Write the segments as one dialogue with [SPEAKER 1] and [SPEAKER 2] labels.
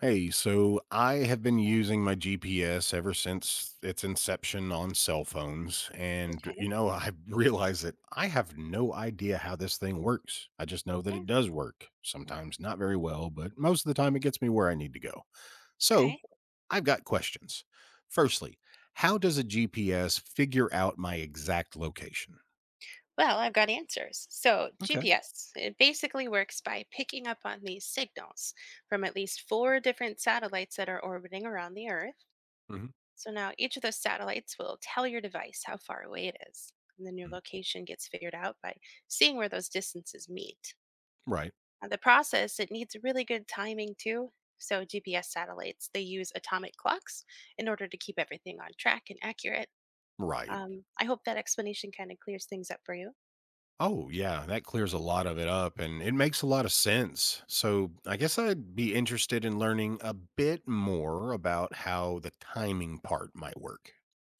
[SPEAKER 1] Hey, so I have been using my GPS ever since its inception on cell phones. And,
[SPEAKER 2] Okay.
[SPEAKER 1] I realize that I have no idea how this thing works. I just know that
[SPEAKER 2] Yeah.
[SPEAKER 1] it does work, sometimes not very well, but most of the time it gets me where I need to go. So
[SPEAKER 2] Okay.
[SPEAKER 1] I've got questions. Firstly, how does a GPS figure out my exact location?
[SPEAKER 2] Well, I've got answers. So,
[SPEAKER 1] Okay.
[SPEAKER 2] GPS, it basically works by picking up on these signals from at least four different satellites that are orbiting around the Earth.
[SPEAKER 1] Hmm.
[SPEAKER 2] So, now each of those satellites will tell your device how far away it is. And then your location gets figured out by seeing where those distances meet.
[SPEAKER 1] Right.
[SPEAKER 2] Now, the process, it needs really good timing too. So, GPS satellites, they use atomic clocks in order to keep everything on track and accurate.
[SPEAKER 1] Right.
[SPEAKER 2] I hope that explanation kind of clears things up for you.
[SPEAKER 1] Oh, yeah, that clears a lot of it up and it makes a lot of sense. So, I guess I'd be interested in learning a bit more about how the timing part might work.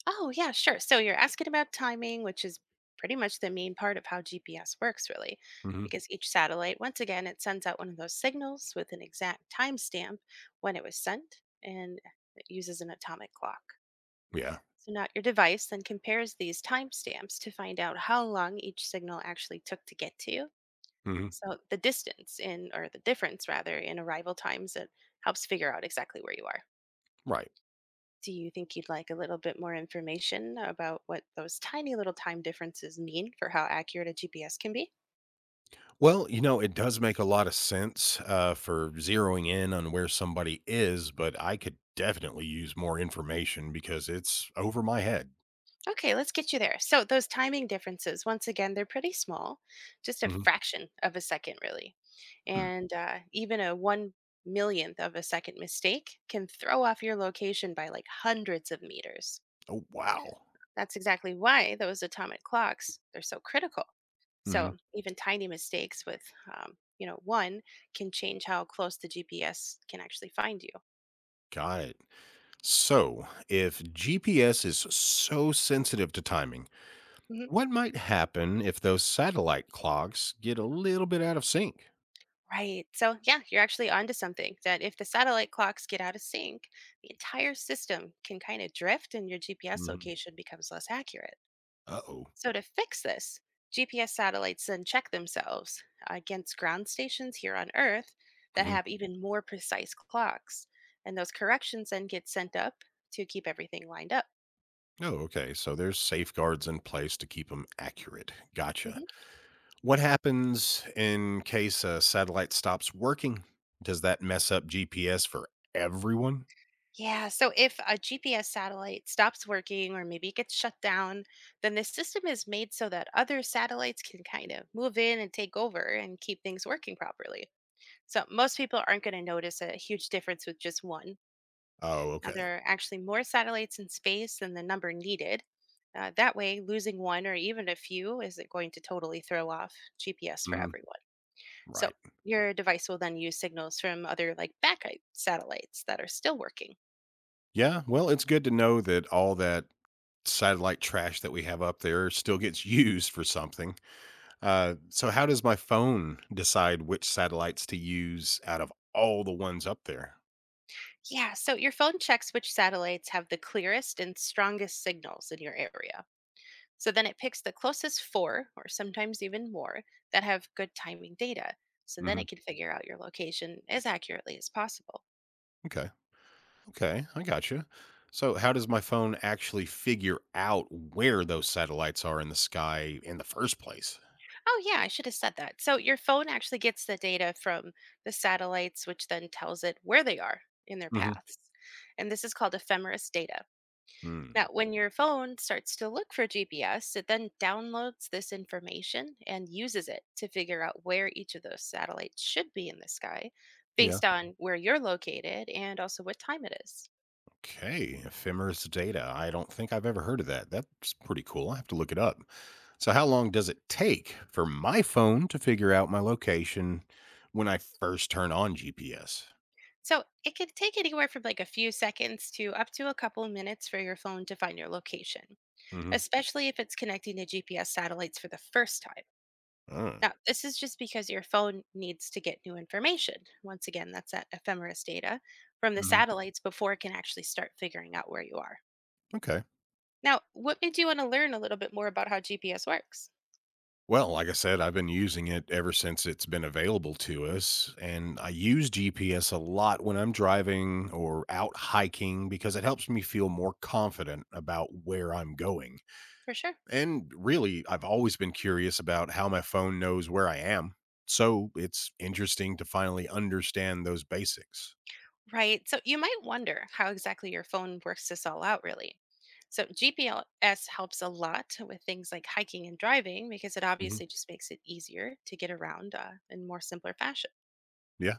[SPEAKER 2] Oh, yeah, sure. So you're asking about timing, which is pretty much the main part of how GPS works, really,
[SPEAKER 1] Hmm
[SPEAKER 2] because each satellite, once again, it sends out one of those signals with an exact timestamp when it was sent, and it uses an atomic clock.
[SPEAKER 1] Yeah.
[SPEAKER 2] So now your device then compares these timestamps to find out how long each signal actually took to get to you.
[SPEAKER 1] hmm
[SPEAKER 2] So the distance in, or the difference rather, in arrival times, it helps figure out exactly where you are.
[SPEAKER 1] Right.
[SPEAKER 2] Do you think you'd like a little bit more information about what those tiny little time differences mean for how accurate a GPS can be?
[SPEAKER 1] It does make a lot of sense for zeroing in on where somebody is, but I could definitely use more information because it's over my head.
[SPEAKER 2] Okay, let's get you there. So, those timing differences, once again, they're pretty small, just a
[SPEAKER 1] Hmm.
[SPEAKER 2] fraction of a second, really.
[SPEAKER 1] Hmm.
[SPEAKER 2] And even a one millionth of a second mistake can throw off your location by like hundreds of meters.
[SPEAKER 1] Oh, wow.
[SPEAKER 2] That's exactly why those atomic clocks are so critical.
[SPEAKER 1] hmm
[SPEAKER 2] So even tiny mistakes with, one can change how close the GPS can actually find you.
[SPEAKER 1] Got it. So, if GPS is so sensitive to timing,
[SPEAKER 2] Mhm.
[SPEAKER 1] what might happen if those satellite clocks get a little bit out of sync?
[SPEAKER 2] Right. So yeah, you're actually onto something. That if the satellite clocks get out of sync, the entire system can kind of drift, and your GPS
[SPEAKER 1] Mhm.
[SPEAKER 2] location becomes less accurate.
[SPEAKER 1] Uh oh.
[SPEAKER 2] So, to fix this, GPS satellites then check themselves against ground stations here on Earth that have even more precise clocks. And those corrections then get sent up to keep everything lined up.
[SPEAKER 1] Oh, okay. So there's safeguards in place to keep them accurate. Gotcha.
[SPEAKER 2] Mhm.
[SPEAKER 1] What happens in case a satellite stops working? Does that mess up GPS for everyone?
[SPEAKER 2] Yeah, so if a GPS satellite stops working or maybe it gets shut down, then the system is made so that other satellites can kind of move in and take over and keep things working properly. So most people aren't going to notice a huge difference with just one.
[SPEAKER 1] Oh,
[SPEAKER 2] Now,
[SPEAKER 1] okay.
[SPEAKER 2] there are actually more satellites in space than the number needed. That way, losing one or even a few isn't going to totally throw off GPS for
[SPEAKER 1] Mhm.
[SPEAKER 2] everyone. So,
[SPEAKER 1] Right.
[SPEAKER 2] your device will then use signals from other, like backup satellites that are still working.
[SPEAKER 1] Yeah. Well, it's good to know that all that satellite trash that we have up there still gets used for something. So how does my phone decide which satellites to use out of all the ones up there?
[SPEAKER 2] Yeah, so your phone checks which satellites have the clearest and strongest signals in your area. So then it picks the closest four, or sometimes even more, that have good timing data. So then
[SPEAKER 1] Hmm
[SPEAKER 2] it can figure out your location as accurately as possible.
[SPEAKER 1] Okay. Okay, I gotcha. So how does my phone actually figure out where those satellites are in the sky in the first place?
[SPEAKER 2] Oh, yeah, I should have said that. So your phone actually gets the data from the satellites, which then tells it where they are in their
[SPEAKER 1] Hmm
[SPEAKER 2] paths. And this is called ephemeris data.
[SPEAKER 1] Hmm.
[SPEAKER 2] Now, when your phone starts to look for GPS, it then downloads this information and uses it to figure out where each of those satellites should be in the sky
[SPEAKER 1] Yeah.
[SPEAKER 2] based on where you're located and also what time it is.
[SPEAKER 1] Okay. Ephemeris data. I don't think I've ever heard of that. That's pretty cool. I have to look it up. So how long does it take for my phone to figure out my location when I first turn on GPS?
[SPEAKER 2] So it can take anywhere from like a few seconds to up to a couple minutes for your phone to find your location,
[SPEAKER 1] Hmm
[SPEAKER 2] especially if it's connecting to GPS satellites for the first time. Now, this is just because your phone needs to get new information. Once again, that's that ephemeris data from the satellites before it can actually start figuring out where you are.
[SPEAKER 1] Okay.
[SPEAKER 2] Now, what made you want to learn a little bit more about how GPS works?
[SPEAKER 1] Well, like I said, I've been using it ever since it's been available to us. And I use GPS a lot when I'm driving or out hiking because it helps me feel more confident about where I'm going.
[SPEAKER 2] For sure.
[SPEAKER 1] And really, I've always been curious about how my phone knows where I am. So it's interesting to finally understand those basics.
[SPEAKER 2] Right. So you might wonder how exactly your phone works this all out, really. So GPS helps a lot with things like hiking and driving because it
[SPEAKER 1] Mhm.
[SPEAKER 2] obviously just makes it easier to get around in more simpler fashion.
[SPEAKER 1] Yeah.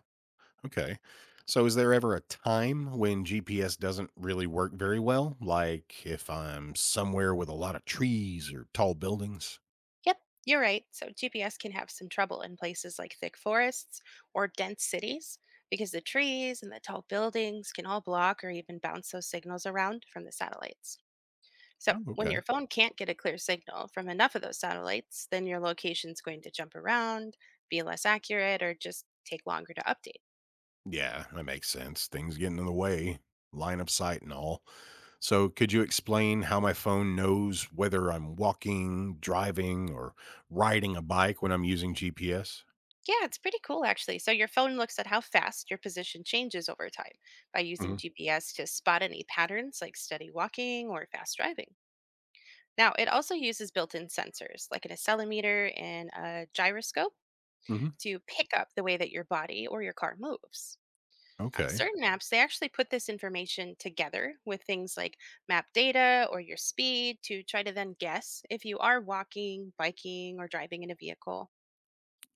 [SPEAKER 1] Okay. So is there ever a time when GPS doesn't really work very well? Like if I'm somewhere with a lot of trees or tall buildings?
[SPEAKER 2] Yep, you're right. So GPS can have some trouble in places like thick forests or dense cities because the trees and the tall buildings can all block or even bounce those signals around from the satellites. So
[SPEAKER 1] Oh,
[SPEAKER 2] when
[SPEAKER 1] okay.
[SPEAKER 2] your phone can't get a clear signal from enough of those satellites, then your location's going to jump around, be less accurate, or just take longer to update.
[SPEAKER 1] Yeah, that makes sense. Things getting in the way, line of sight and all. So could you explain how my phone knows whether I'm walking, driving, or riding a bike when I'm using GPS?
[SPEAKER 2] Yeah, it's pretty cool actually. So your phone looks at how fast your position changes over time by using
[SPEAKER 1] Hmm
[SPEAKER 2] GPS to spot any patterns like steady walking or fast driving. Now, it also uses built in sensors like an accelerometer and a gyroscope
[SPEAKER 1] hmm
[SPEAKER 2] to pick up the way that your body or your car moves.
[SPEAKER 1] Okay.
[SPEAKER 2] Certain apps, they actually put this information together with things like map data or your speed to try to then guess if you are walking, biking, or driving in a vehicle.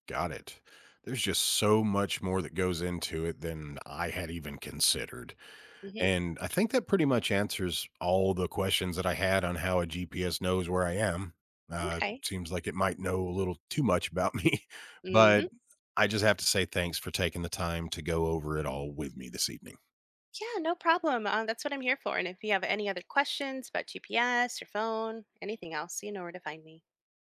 [SPEAKER 1] Got it. There's just so much more that goes into it than I had even considered.
[SPEAKER 2] Hmm.
[SPEAKER 1] And I think that pretty much answers all the questions that I had on how a GPS knows where I am.
[SPEAKER 2] Okay.
[SPEAKER 1] Seems like it might know a little too much about me, but
[SPEAKER 2] Hmm.
[SPEAKER 1] I just have to say thanks for taking the time to go over it all with me this evening.
[SPEAKER 2] Yeah, no problem. That's what I'm here for. And if you have any other questions about GPS, your phone, anything else, you know where to find me.